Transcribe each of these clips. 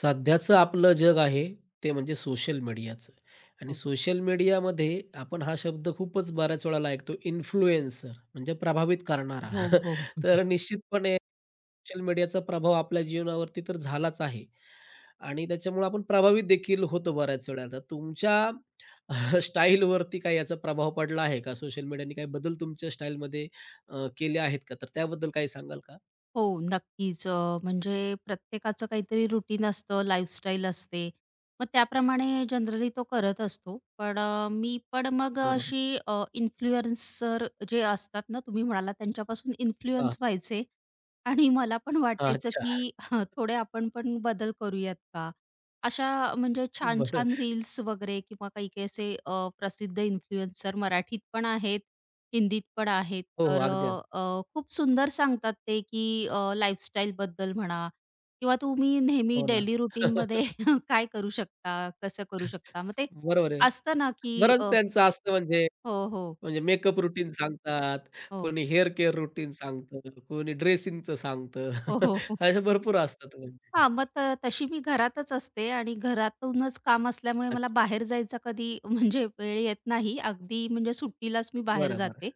सध्याचं आपलं जग आहे ते म्हणजे सोशल मीडियाचं. आणि हो, सोशल मीडियामध्ये आपण हा शब्द खूपच बऱ्याच वेळेला ऐकतो इन्फ्लुएन्सर म्हणजे प्रभावित करणारा हो, हो. तर निश्चितपणे सोशल मीडियाचा प्रभाव आपल्या जीवनावरती तर झालाच आहे आणि त्याच्यामुळे आपण प्रभावित देखील होतो बऱ्याच वेळा तर तुमच्या स्टाईलवरती काही याचा प्रभाव पडला आहे का सोशल मीडियाने काही बदल तुमच्या स्टाईलमध्ये केले आहेत का तर त्याबद्दल काही सांगाल का? हो, नक्कीच. म्हणजे प्रत्येकाचं काहीतरी रुटीन असतं, लाईफस्टाईल असते. मग त्याप्रमाणे जनरली तो करत असतो. पण मी पण मग बरोबर. अशी इन्फ्लुएन्सर जे असतात ना, तुम्ही म्हणाला त्यांच्यापासून हां, इन्फ्लुअन्स व्हायचे आणि मला पण हां, वाटायचं, अच्छा. की थोडे आपण पण बदल करूयात का? अशा म्हणजे बरं. छान-छान रील्स वगैरे किंवा काही-काही असे प्रसिद्ध इन्फ्लुएन्सर मराठीत पण आहेत हिंदीत पण आहेत. हो, हो. तर अगदी. अ, अ, खूप सुंदर सांगतात ते, की लाईफस्टाईलबद्दल म्हणा किंवा तुम्ही नेहमी हो ना. डेली रूटीनमध्ये काय करू शकता, कसं करू शकता. मग ते बरोबर आहे. असतं ना, की बरंच त्यांचं असतं म्हणजे हो, हो, म्हणजे मेकअप रूटीन सांगतात, हो. कोणी हेअर केअर रूटीन सांगतं, कोणी ड्रेसिंगचं सांगतं. हो, हो. हो. असे भरपूर असतात म्हणजे. हां, मग त तशी मी घरातच असते आणि घरातूनच काम असल्यामुळे मला अच्छा. बाहेर जायचा कधी म्हणजे वेळ येत नाही. अगदी म्हणजे सुट्टीलाच मी बाहेर बरं, बरं. जाते.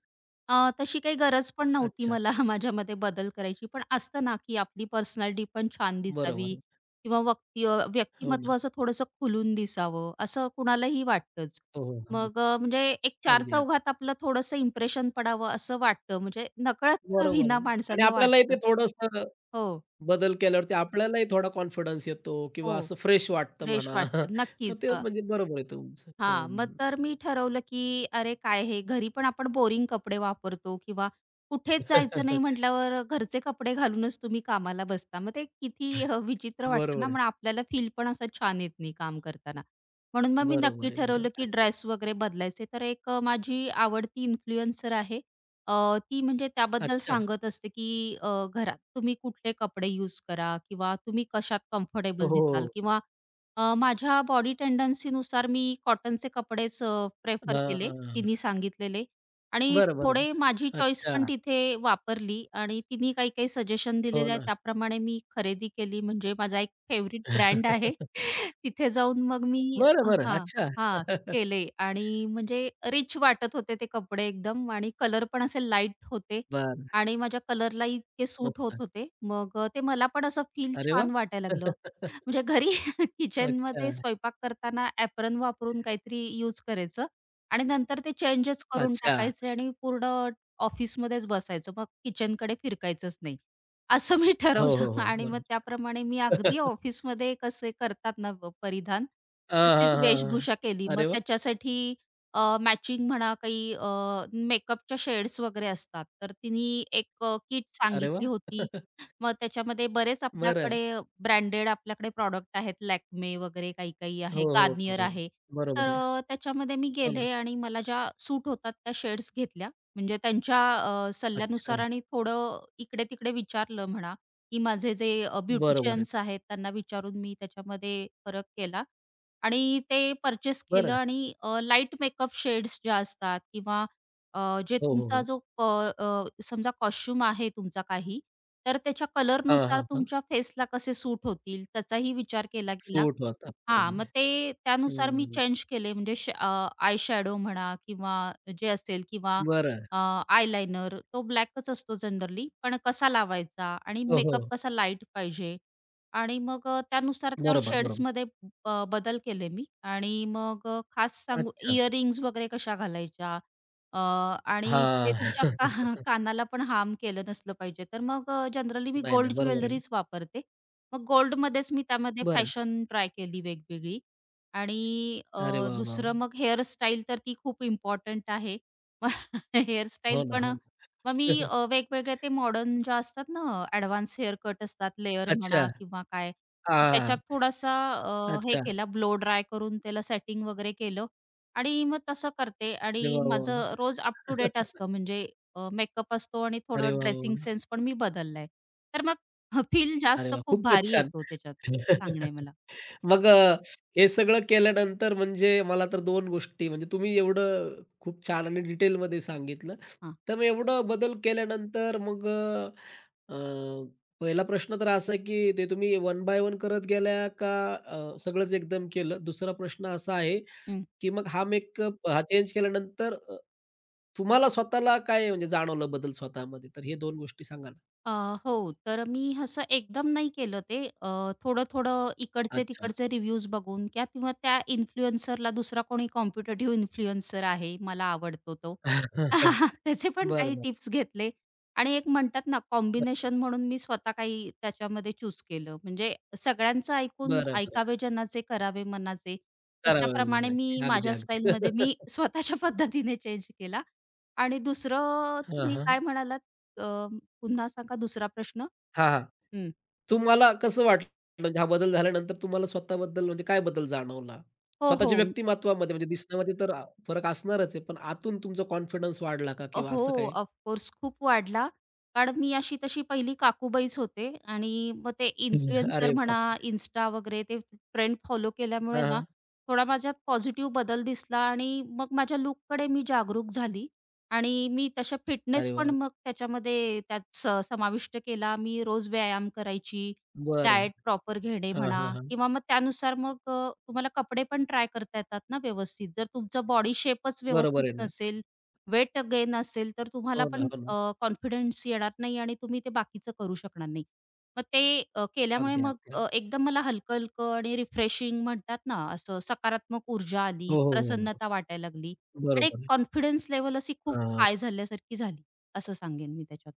तशी काही गरज पण नव्हती अच्छा. मला माझ्यामध्ये बदल करायची. पण असतं ना, की आपली पर्सनॅलिटी पण छान बरोबर दिसावी आहे. किंवा हो ना. व्यक्तिमत्व असं थोडंसं खुलून दिसावं, असं कुणालाही वाटतंच. हो, हो. हां. मग म्हणजे एक अगदी, अगदी. चारचौघात आपलं थोडंसं इम्प्रेशन पडावं असं वाटतं. म्हणजे नकळत का बरोबर होईना आहे. आणि माणसांना आपल्यालाही वाटत ते असतं. थोडंसं हो, बदल केल्यावरती आपल्यालाही थोडा कॉन्फिडन्स येतो हो. किंवा असं फ्रेश वाटतं फ्रेश म्हणा. वाटतात. तर नक्कीच. ते म्हणजे बरोबर आहे तुमचं. हां. मग हं. तर मी ठरवलं, की अरे काय हे घरी पण आपण बोरिंग कपडे वापरतो किंवा कुठेच जायचं नाही म्हटल्यावर घरचे कपडे घालूनच तुम्ही कामाला बसता. मग ते किती विचित्र वाटतं बरोबर ना, आहे. मग आपल्याला फील पण असं छान येत नाही काम करताना. म्हणून मग मी बरोबर नक्की आहे, बरोबर आहे. ठरवलं, की अगदी. ड्रेस वगैरे बदलायचे. तर एक माझी आवडती इन्फ्लुएन्सर आहे. ती म्हणजे त्याबद्दल अच्छा. सांगत असते, की घरात तुम्ही कुठले कपडे यूज करा किंवा तुम्ही कशात हो, कम्फर्टेबल हो. दिसाल हो. किंवा माझ्या बॉडी टेंडन्सीनुसार मी कॉटनचे कपडेच प्रेफर हां, केले, हां. तिनी सांगितलेले आणि बरं, बरं. थोडे माझी चॉईस पण अच्छा. तिथे वापरली आणि तिनी काही-काही सजेशन हो दिलेले आहे, ना. त्याप्रमाणे मी खरेदी केली. म्हणजे माझा एक फेव्हरेट ब्रँड आहे. तिथे जाऊन मग मी बरं, बरं. हां, अच्छा. हां, केले आणि म्हणजे रिच वाटत होते ते कपडे एकदम आणि कलर पण असे लाईट होते बरं. आणि माझ्या कलरला इतके सूट होत मस्त. होते. मग ते मला पण असं फील अरे वाह! छान वाटायला लागलं. म्हणजे घरी अच्छा, किचनमध्ये स्वयंपाक करताना ॲप्रन वापरून काहीतरी यूज करायचं आणि नंतर ते चेंजच करून अच्छा. टाकायचे आणि पूर्ण ऑफिसमध्येच बसायचं. मग किचनकडे फिरकायचंच नाही. असं मी ठरवलं हो, हो, हो. आणि मग बरोबर. त्याप्रमाणे मी अगदी ऑफिसमध्ये कसे करतात ना परिधान, हां, तशीच हां, हां, हां. वेशभूषा केली. मग अरे वाह! त्याच्यासाठी मॅचिंग म्हणा काही मेकअपच्या शेड्स वगैरे असतात. तर तिनी एक किट अरे वाह! सांगितली होती. मग त्याच्यामध्ये बरेच बरं. आपल्याकडे ब्रँडेड आपल्याकडे प्रॉडक्ट आहेत Lakme वगैरे काही-काही आहे, हो, हो, Garnier हो. आहे. तर बरोबर आहे. त्याच्यामध्ये मी हो ना. गेले आणि मला ज्या सूट होतात त्या शेड्स घेतल्या. म्हणजे त्यांच्या अच्छा. सल्ल्यानुसार आणि थोडं इकडे-तिकडे विचारलं म्हणा, की माझे जे बरोबर आहे. ब्युटिशियन्स आहेत त्यांना विचारून मी त्याच्यामध्ये फरक केला आणि ते पर्चेस केलं बरं. आणि लाईट मेकअप शेड्स ज्या असतात किंवा जे हो, हो, तुमचा हो. जो अ, अ, समजा कॉस्ट्यूम आहे तुमचा काही, तर त्याच्या हां, कलरनुसार हां, हां. तुमच्या फेसला कसे सूट होतील त्याचाही विचार केला गेला. सूट होतात. हां, बरोबर मग आहे. ते त्यानुसार मी हं. चेंज केले म्हणजे आय शॅडो म्हणा किंवा जे असेल किंवा बरं. आयलाइनर तो ब्लॅकच असतो जनरली, पण कसा लावायचा आणि हो, मेकअप हो. कसा लाईट पाहिजे आणि मग त्यानुसार त्या बरोबर, बरोबर. शेड्समध्ये बदल केले मी आणि मग खास सांगू अच्छा. इयरिंग्ज वगैरे कशा घालायच्या अ, आणि ते हां. तुमच्या कानाला पण हार्म केलं नसलं पाहिजे. तर मग जनरली मी नाही, नाही. गोल्ड बरोबर आहे ना. ज्वेलरीच वापरते. मग गोल्डमध्येच मी त्यामध्ये बरं. फॅशन ट्राय केली वेगवेगळी आणि अरे वाह, वाह! दुसरं मग हेअरस्टाईल तर ती खूप इम्पॉर्टंट आहे. मग हो हेअरस्टाईल ना, पण हो ना. मग मी वेगवेगळे ते मॉडर्न ज्या असतात ना ॲडव्हान्स हेअर कट असतात, लेयर अच्छा. म्हणा किंवा काय, तर हां. त्याच्यात थोडासा हे अच्छा. केला ब्लो ड्राय करून त्याला सेटिंग वगैरे केलं आणि मग तसं करते अरे आणि वाह, वाह, माझं रोज अप वाह! टू डेट असतं म्हणजे मेकअप असतो आणि अरे थोडं वाह, वाह, ड्रेसिंग वाह! सेन्स पण मी बदललाय. तर मग हं, फील अरे जास्त वाह! खूप खूपच भारी छान. येतो त्याच्यात, असं सांगणं आहे मला. मग हे सगळं केल्यानंतर म्हणजे मला तर 2 गोष्टी म्हणजे तुम्ही एवढं खूप छान आणि डिटेलमध्ये सांगितलं. हां. तर मग एवढं बदल केल्यानंतर मग अ, अ, पहिला प्रश्न तर असा की ते तुम्ही वन बाय वन करत गेल्या का सगळंच एकदम केलं? दुसरा प्रश्न असा आहे हं, की मग हा मेकअप हा चेंज केल्यानंतर तुम्हाला स्वतःला काय म्हणजे जाणवलं बदल स्वतःमध्ये? तर हे 2 गोष्टी सांगा ना? अ, हो. तर मी असं एकदम नाही केलं ते. थोडं-थोडं अच्छा. इकडचे-तिकडचे रिव्ह्यूज बघून किंवा किंवा त्या इन्फ्लुएन्सरला दुसरा कोणी कॉम्पिटिटिव्ह इन्फ्लुएन्सर आहे, मला आवडतो तो. बरं, त्याचे पण काही बरं. टिप्स घेतले आणि एक म्हणतात ना कॉम्बिनेशन म्हणून मी स्वतः काही त्याच्यामध्ये चूज केलं. म्हणजे सगळ्यांचं ऐकून बरं, बरं, ऐकावे जनाचे, करावे मनाचे. करावं तशाप्रमाणे मी म्हणायची. अगदी, माझ्या अगदी. स्टाईलमध्ये मी स्वतःच्या पद्धतीने चेंज केला आणि दुसरं हां, तुम्ही हां. काय म्हणालात? पुन्हा सांगा दुसरा प्रश्न? हां, हां. हं. तुम्हाला कसं वाटलं? म्हणजे हा बदल झाल्यानंतर तुम्हाला स्वतःबद्दल म्हणजे काय बदल जाणवला? हो, स्वतःच्या हो. व्यक्तिमत्त्वामध्ये म्हणजे दिसण्यामध्ये तर फरक असणारच आहे, पण आतून तुमचा कॉन्फिडन्स वाढला का किंवा हो, असं काही? ऑफ कोर्स खूप वाढला. कारण मी अशी तशी पहिली काकूबाईच होते आणि मग ते इन्फ्लुएन्सर अरे बापरे! म्हणा, Insta वगैरे ते ट्रेंड फॉलो हां, केल्यामुळे ना, हां. थोडा माझ्यात पॉझिटिव्ह बदल दिसला आणि मग माझ्या लूककडे मी जागरूक झाली आणि मी तशा फिटनेस अरे पण वाह! मग त्याच्यामध्ये त्यात स समाविष्ट केला. मी रोज व्यायाम करायची, बरं. डाएट प्रॉपर घेणे हां, म्हणा हां, हां. किंवा मग त्यानुसार मग तुम्हाला कपडे पण ट्राय करता येतात ना व्यवस्थित. जर तुमचा बॉडी शेपच बरोबर व्यवस्थित आहे ना. नसेल वेट गेन असेल तर तुम्हाला हो ना, पण हो ना. कॉन्फिडन्स येणार नाही आणि तुम्ही ते बाकीचं करू शकणार नाही. मग ते केल्यामुळे अगदी, मग अगदी, अगदी. एकदम मला हलकं-हलकं आणि रिफ्रेशिंग म्हणतात ना, असं सकारात्मक ऊर्जा आली, हो, हो, हो, हो. प्रसन्नता वाटायला लागली आणि एक बरोबर आहे. कॉन्फिडन्स लेव्हल अशी खूप हां, हाय झाल्यासारखी झाली, असं सांगेन मी त्याच्यात.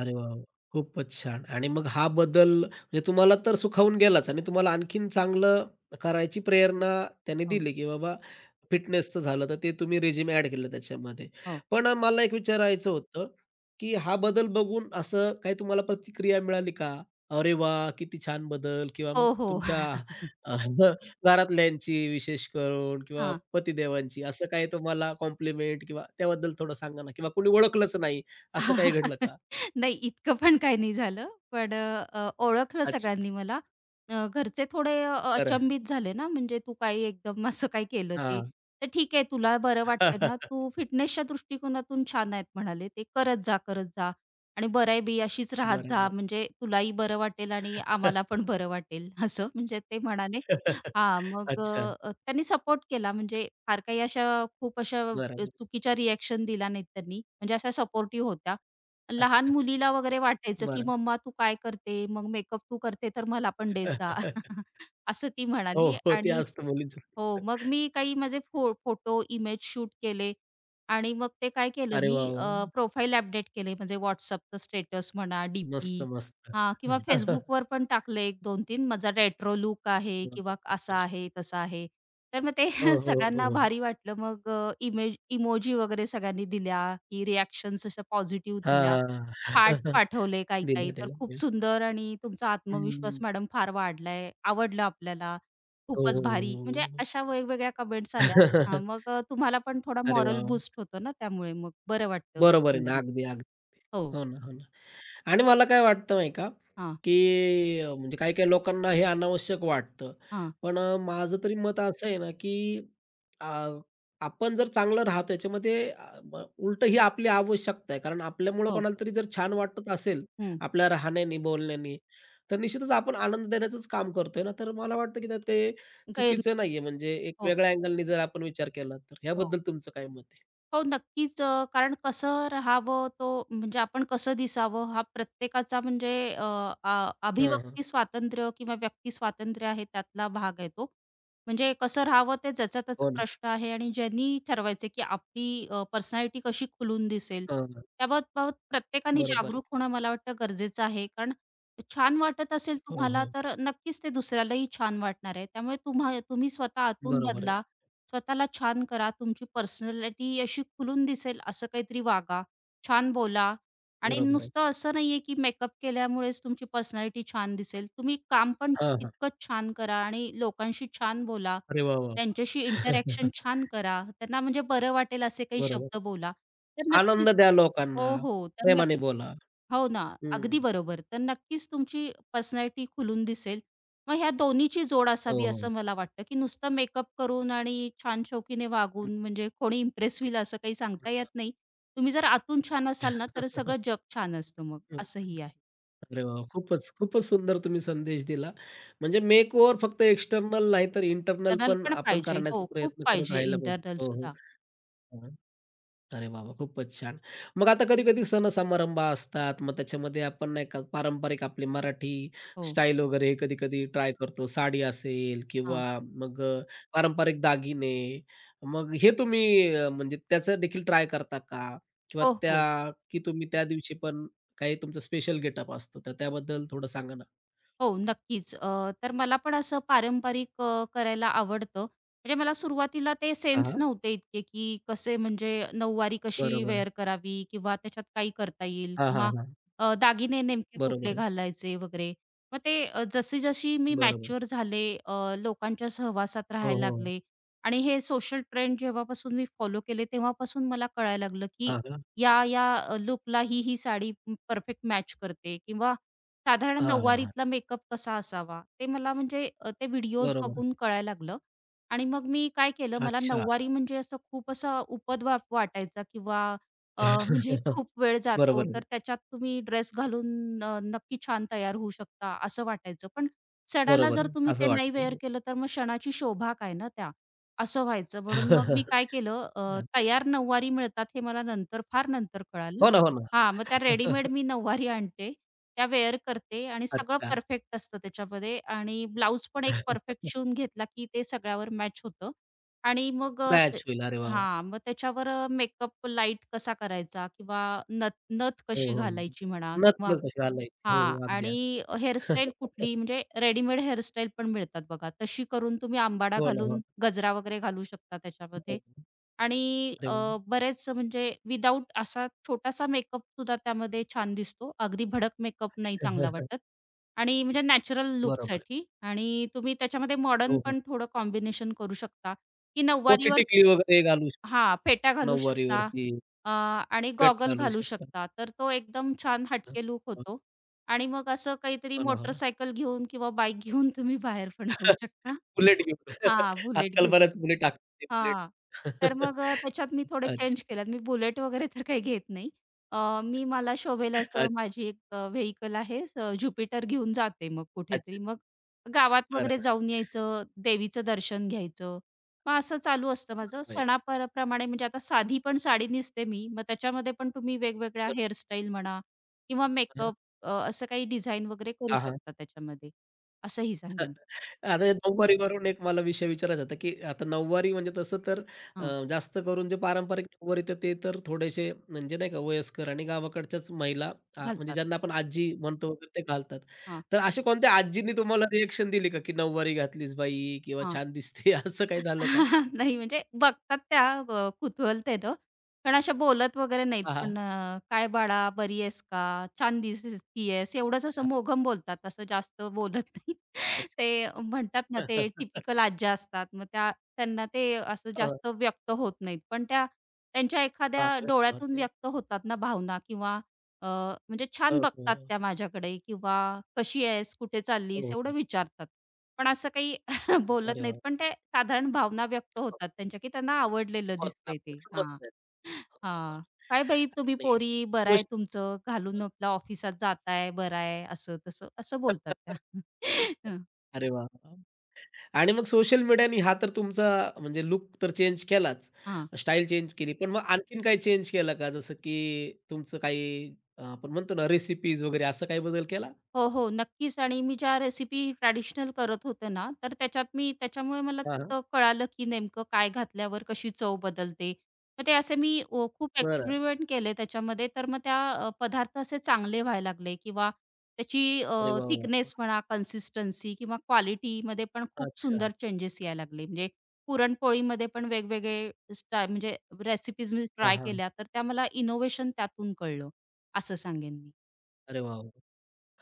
अरे वाह! वाह! खूपच छान. आणि मग हा बदल म्हणजे तुम्हाला तर सुखावून गेलाच आणि तुम्हाला आणखीन चांगलं करायची प्रेरणा त्याने हो, दिली, की बाबा फिटनेसचं झालं, तर ते तुम्ही रेझ्युमे ॲड केलं त्याच्यामध्ये. हो. पण मला एक विचारायचं होतं, की हा बदल बघून असं काही तुम्हाला प्रतिक्रिया मिळाली का? "अरे वाह! किती छान बदल" किंवा हो, हो. तुमच्या अ, घरातल्यांची विशेष करून किंवा हां. पतिदेवांची, असं काही तुम्हाला कॉम्प्लिमेंट किंवा त्याबद्दल थोडं सांगा ना? किंवा कोणी ओळखलंच नाही, असं काही घडलं का? नाही इतकं पण काही नाही झालं. पण अ, अ, ओळखलं अच्छा. सगळ्यांनी मला. घरचे थोडे बरं. अचंबित झाले ना, म्हणजे तू काही एकदम असं काय केलं ते. हां. तर ठीक आहे तुला बरं वाटतंय ना, तू फिटनेसच्या दृष्टिकोनातून छान आहेत म्हणाले ते. करत जा, करत जा आणि बरं आहे बाई अशीच राहत बरं, जा बरं. म्हणजे तुलाही बरं वाटेल आणि आम्हाला पण बरं वाटेल असं म्हणजे ते म्हणाले. हां, मग अच्छा. त्यांनी सपोर्ट केला म्हणजे फार काही अशा खूप अशा बरं, बरं. चुकीच्या रिएक्शन दिला नाहीत त्यांनी. म्हणजे अशा सपोर्टिव्ह होत्या. लहान अच्छा. मुलीला वगैरे वाटायचं, की बरं. "मम्मा तू काय करते? मग मेकअप तू करते तर मला पण देत जा." असं ती हो, म्हणाली हो. ते आणि असतं मुलींचं. हो, मग मी काही माझे फोटो, इमेज शूट केले आणि मग ते काय केलं अरे मी वाह, वाह, वाह! प्रोफाईल अपडेट केले म्हणजे WhatsAppचं स्टेटस म्हणा, मस्त, डी-पी मस्त. हां किंवा Facebookवर पण टाकले 1 2 3 माझा रेट्रो लूक आहे वाह! किंवा असा अच्छा. आहे, तसा आहे. तर मग ते हो, हो, हो, सगळ्यांना हो. भारी वाटलं. मग इमेज इमोजी वगैरे सगळ्यांनी दिल्या, की रिएक्शन्स अशा पॉझिटिव्ह दिल्या. हां. पाठवले काही-काही. दिलं, तर दिलं, खूप दिलं. सुंदर आणि तुमचा आत्मविश्वास हं. मॅडम फार वाढलाय, आवडलं आपल्याला. हो, खूपच हो, भारी. हो, म्हणजे हो. अशा वेगवेगळ्या कमेंट्स आल्या. हां, मग तुम्हाला पण थोडा अरे मॉरल वाह, वाह! बूस्ट होतो ना त्यामुळे मग बरं वाटतं बरोबर आहे ना. एकंदरीत. अगदी, अगदी. हो. हो ना, हो ना. आणि मला काय वाटतं माहिती का, हां, की म्हणजे काही-काही लोकांना हे अनावश्यक वाटतं. हां. पण माझं तरी मत असं आहे ना, की अ, आपण जर चांगलं राहतो याच्यामध्ये म उलटं ही आपली आवश्यकता आहे. कारण आपल्यामुळं हो. कोणाला तरी जर छान वाटत असेल, हं. आपल्या राहण्यानी, बोलण्यानी, तर निश्चितच आपण आनंद देण्याचंच काम करतोय ना. तर मला वाटतं, की त्यात काही गैर चुकीचं नाहीये. म्हणजे एक हो, हो. वेगळ्या अँगलनी जर आपण विचार केला तर. हो. ह्याबद्दल तुमचं काय मत आहे? हो, नक्कीच. कारण कसं राहावं, तो म्हणजे आपण कसं दिसावं, हा प्रत्येकाचा म्हणजे अ, अ, हां, हां. अभिव्यक्ती स्वातंत्र्य किंवा व्यक्ती स्वातंत्र्य आहे, त्यातला भाग आहे तो. म्हणजे कसं राहावं, ते ज्याचा त्याचा हो ना. प्रश्न आहे आणि ज्यांनी ठरवायचं की आपली पर्सनॅलिटी कशी खुलून दिसेल, हां. त्याबाबत प्रत्येकाने बरोबर आहे. जागरूक होणं मला वाटतं गरजेचं आहे. कारण छान वाटत असेल हो, तुम्हाला, हो. तर नक्कीच ते दुसऱ्यालाही छान वाटणार आहे. त्यामुळे तुम्ही स्वतः आतून बरोबर आहे. बदला स्वतःला छान करा, तुमची पर्सनॅलिटी अशी खुलून दिसेल असं काहीतरी वागा, छान बोला आणि बरोबर आहे. नुसतं असं नाहीये की मेकअप केल्यामुळेच तुमची पर्सनॅलिटी छान दिसेल. तुम्ही काम पण हां, हां. तितकंच छान करा आणि लोकांशी छान बोला, अरे वाह, वाह! त्यांच्याशी इंटरॅक्शन छान करा, त्यांना म्हणजे बरं वाटेल असे काही बरोबर. शब्द बोला. तर आनंद नक्कीच द्या लोकांना, हो, हो. तर प्रेमाने नक्की बोला. हो ना, हं. अगदी बरोबर. तर नक्कीच तुमची पर्सनॅलिटी खुलून दिसेल. मग ह्या दोन्हीची जोड हो, असावी हो. असं मला वाटतं, की नुसतं मेकअप करून आणि छान शौकीने हं. वागून म्हणजे कोणी इम्प्रेस होईल असं काही सांगता येत नाही. तुम्ही जर आतून छान असाल ना, तर सगळं जग छान असतं मग हं. असंही आहे. अरे वाह! खूपच, खूपच सुंदर तुम्ही संदेश दिला. म्हणजे मेक ओव्हर फक्त एक्स्टर्नल नाही तर इंटरनल त्यांना पण पण आपण पाहिजे. करण्याचा हो, खूप प्रयत्न करत पाहिजे राहायला पाहिजे. इंटरनल हो, हो. सुद्धा. हां. अरे वाह, वाह! खूपच छान. मग आता कधी-कधी सण-समारंभ असतात. मग त्याच्यामध्ये आपण नाही का पारंपरिक आपली मराठी हो, स्टाईल वगैरे कधी-कधी ट्राय करतो. साडी असेल हां. किंवा मग पारंपरिक दागिने. मग हे तुम्ही म्हणजे त्याचं देखील ट्राय करता का? किंवा हो, हो. त्या की तुम्ही त्या दिवशी पण काही तुमचा स्पेशल गेटअप असतो, तर त्याबद्दल थोडं सांगा ना? हो, नक्कीच. तर मला पण असं पारंपरिक करायला आवडतं. म्हणजे मला सुरुवातीला ते हां, सेन्स हां. नव्हते इतके, की कसे म्हणजे नऊवारी कशी बरोबर आहे. वेअर करावी किंवा त्याच्यात काही करता येईल हां, हां, किंवा हां. दागिने नेमके बरोबर कुठले आहे. घालायचे वगैरे. मग ते जशी-जशी मी बरोबर. आहे. मॅच्युअर झाले, लोकांच्या सहवासात हो, राहायला हो. लागले आणि हे सोशल ट्रेंड जेव्हापासून मी फॉलो केले, तेव्हापासून मला कळायला लागलं, की हां, हां. या-या ही-ही साडी परफेक्ट मॅच करते किंवा साधारण हां, हां, हां. नऊवारीतला मेकअप कसा असावा? ते मला म्हणजे ते व्हिडिओज बरोबर. बघून कळायला लागलं आणि मग मी काय केलं, आहे. मला अच्छा. नऊवारी म्हणजे असं खूप असा उपद्व्याप वाटायचा किंवा अ, म्हणजे खूप वेळ जातो, बरोबर. आहे. तर त्याच्यात तुम्ही ड्रेस घालून नक्की छान तयार होऊ शकता, असं वाटायचं. पण सणाला बरोबर जर आहे. तुम्ही असं ते नाही वेअर वाटतं. केलं, तर मग सणाची शोभा काय ना त्या, असं व्हायचं. म्हणून मग मी काय केलं, तयार नऊवारी मिळतात हे मला नंतर, फार नंतर कळालं. हो ना, हो ना. हां, मग त्या रेडीमेड मी नऊवारी आणते त्या वेअर करते आणि सगळं अच्छा. परफेक्ट असतं त्याच्यामध्ये आणि ब्लाउज पण एक परफेक्ट शिवून घेतला की ते सगळ्यावर मॅच होतं आणि मग ते मॅच होईल. अरे वाह! वाह! हां, मग त्याच्यावर मेकअप लाईट कसा करायचा किंवा नथ नथ हो, कशी हो, घालायची म्हणा किंवा हो. कशी घालायची. हो, हां. हो. अगदी, आणि अगदी. हेअरस्टाईल कुठली म्हणजे रेडीमेड हेअरस्टाईल पण मिळतात बघा. तशी करून तुम्ही आंबाडा हो ना, हो. घालून ना. गजरा वगैरे घालू शकता त्याच्यामध्ये हो. आणि अरे वाह! बरेच म्हणजे विदाऊट असा छोटासा मेकअप सुद्धा त्यामध्ये छान दिसतो. अगदी भडक मेकअप नाही चांगला वाटत आणि म्हणजे नॅचरल बरोबर आहे. लूकसाठी आणि तुम्ही त्याच्यामध्ये मॉडर्न हो, हो. पण थोडं कॉम्बिनेशन करू शकता, की मोठी नऊवारीवर टिकली वगैरे घालू शकतो. हां, फेटा घालू शकता नऊवारीवरती आणि फेट गॉगल घालू घालू शकतात. शकता. तर तो एकदम छान हो, हटके लूक होतो आणि मग असं काहीतरी हो ना, हो ना. मोटरसायकल घेऊन किंवा बाईक घेऊन तुम्ही बाहेर पण जाऊ शकता. बुलेट घेऊन. हां, बुलेट आजकाल घेऊन. बऱ्याच मुली टाकतात बुलेट. हां. तर मग त्याच्यात मी थोडे अच्छा, चेंज केलेत. मी बुलेट वगैरे तर काही घेत नाही. मी मला शोभेल असं अच्छा, माझी एक व्हेइकल आहे ज्युपिटर घेऊन जाते मग अच्छा. कुठेतरी. मग गावात वगैरे बरोबर, जाऊन यायचं, देवीचं दर्शन घ्यायचं. मग असं चालू असतं माझं. बरोबर आहे. प्रमाणे म्हणजे आता साधी पण साडी नेसते मी. मग त्याच्यामध्ये पण तुम्ही वेगवेगळ्या बरोबर. हेअरस्टाईल म्हणा किंवा मेकअप असं काही डिझाइन वगैरे करू हां, हां. शकता त्याच्यामध्ये. असंही सांगेन. आता या नऊवारीवरून एक मला विषय विचारायचा होता, की आता नऊवारी म्हणजे तसं तर हां, जास्त करून जे पारंपरिक नऊवारी तर ते तर थोडेसे म्हणजे नाही का वयस्कर आणि गावाकडच्याच महिला आ, म्हणजे घालतात. ज्यांना आपण आजी म्हणतो वगैरे ते घालतात. हां, तर अशा कोणत्या आजींनी तुम्हाला रिएक्शन दिली का, की "नऊवारी घातलीस बाई" किंवा हां. "छान दिसते" असं काही झालं का? नाही म्हणजे बघतात त्या कुतूहलतेनं, पण अशा बोलत वगैरे नाहीत. हां, हां. पण "काय बाळा, बरी आहेस का? छान दिसतीयेस." एवढंच असं हां. मोघम बोलतात, असं जास्त बोलत नाहीत. ते म्हणतात अच्छा. ना, ते टिपिकल आज्या असतात. मग त्यांना ते असं हो, जास्त व्यक्त होत नाहीत. पण त्यांच्या हां. एखाद्या व्यक्त डोळ्यातून होते. व्यक्त होतात ना भावना किंवा अ, म्हणजे हो, छान हो. बघतात त्या माझ्याकडे किंवा "कशी आहेस? कुठे चाललीस?" हो, एवढं हो. विचारतात. पण असं काही बोलत अरे नाहीत, वाह! पण ते साधारण भावना व्यक्त हो, होतात त्यांच्या, की त्यांना आवडलेलं होतं दिसतंय ते. आपल्याला हां, समजतंय. हो ना, हो हां. ना. "काय बाई तुम्ही आणि पोरी, बरं आहे सोशल तुमचं, घालून आपलं ऑफिसात जाताय, बरं आहे," असं तसं, असं बोलतात त्या. हं, अच्छा. अरे वाह! वाह! आणि मग सोशल मीडियाने हा तर तुमचा म्हणजे लूक तर चेंज केलाच, स्टाईल चेंज केली. पण मग आणखीन काही चेंज केला का? जसं की तुमचं काही आपण म्हणतो ना रेसिपीज वगैरे असं काही बदल केला? हो, हो. नक्कीच आणि मी ज्या रेसिपी ट्रॅडिशनल करत होते ना, तर त्याच्यात मी त्याच्यामुळे मला हां, हां. तिथं कळालं, की नेमकं काय घातल्यावर कशी चव बदलते. मग ते असे मी खूप बरं. एक्सपेरिमेंट केले त्याच्यामध्ये. तर मग त्या पदार्थ असे चांगले व्हायला लागले किंवा त्याची अरे वाह! वाह! वाह! थिकनेस म्हणा, कन्सिस्टन्सी किंवा क्वालिटीमध्ये पण खूप अच्छा. सुंदर चेंजेस यायला लागले. म्हणजे पुरणपोळीमध्ये पण वेगवेगळे म्हणजे रेसिपीज मी हां, ट्राय हां. केल्या, तर त्या मला इनोव्हेशन त्यातून कळलं, असं सांगेन मी. अरे वाह! वाह!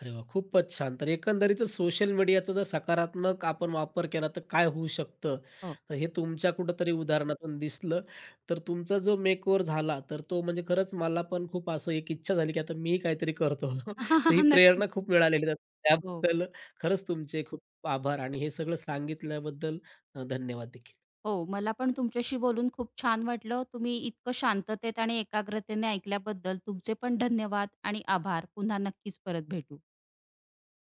अरे वाह! खूपच छान. तर एकंदरीतच सोशल मीडियाचा जर सकारात्मक आपण वापर केला तर काय होऊ शकतं? हो. तर हे तुमच्या कुठेतरी उदाहरणातून दिसलं. तर तुमचा जो मेकओव्हर झाला तर तो म्हणजे खरंच मला पण खूप असं एक इच्छा झाली, की आता मीही काहीतरी करतो. तर ही नक्कीच. प्रेरणा खूप मिळालेली. तर हो, त्याबद्दल खरंच तुमचे खूप आभार आणि हे सगळं सांगितल्याबद्दल धन्यवाद देखील. हो. मला पण तुमच्याशी बोलून खूप छान वाटलं. तुम्ही इतकं शांततेत आणि एकाग्रतेने ऐकल्याबद्दल तुमचे पण धन्यवाद आणि आभार. पुन्हा नक्कीच परत भेटू.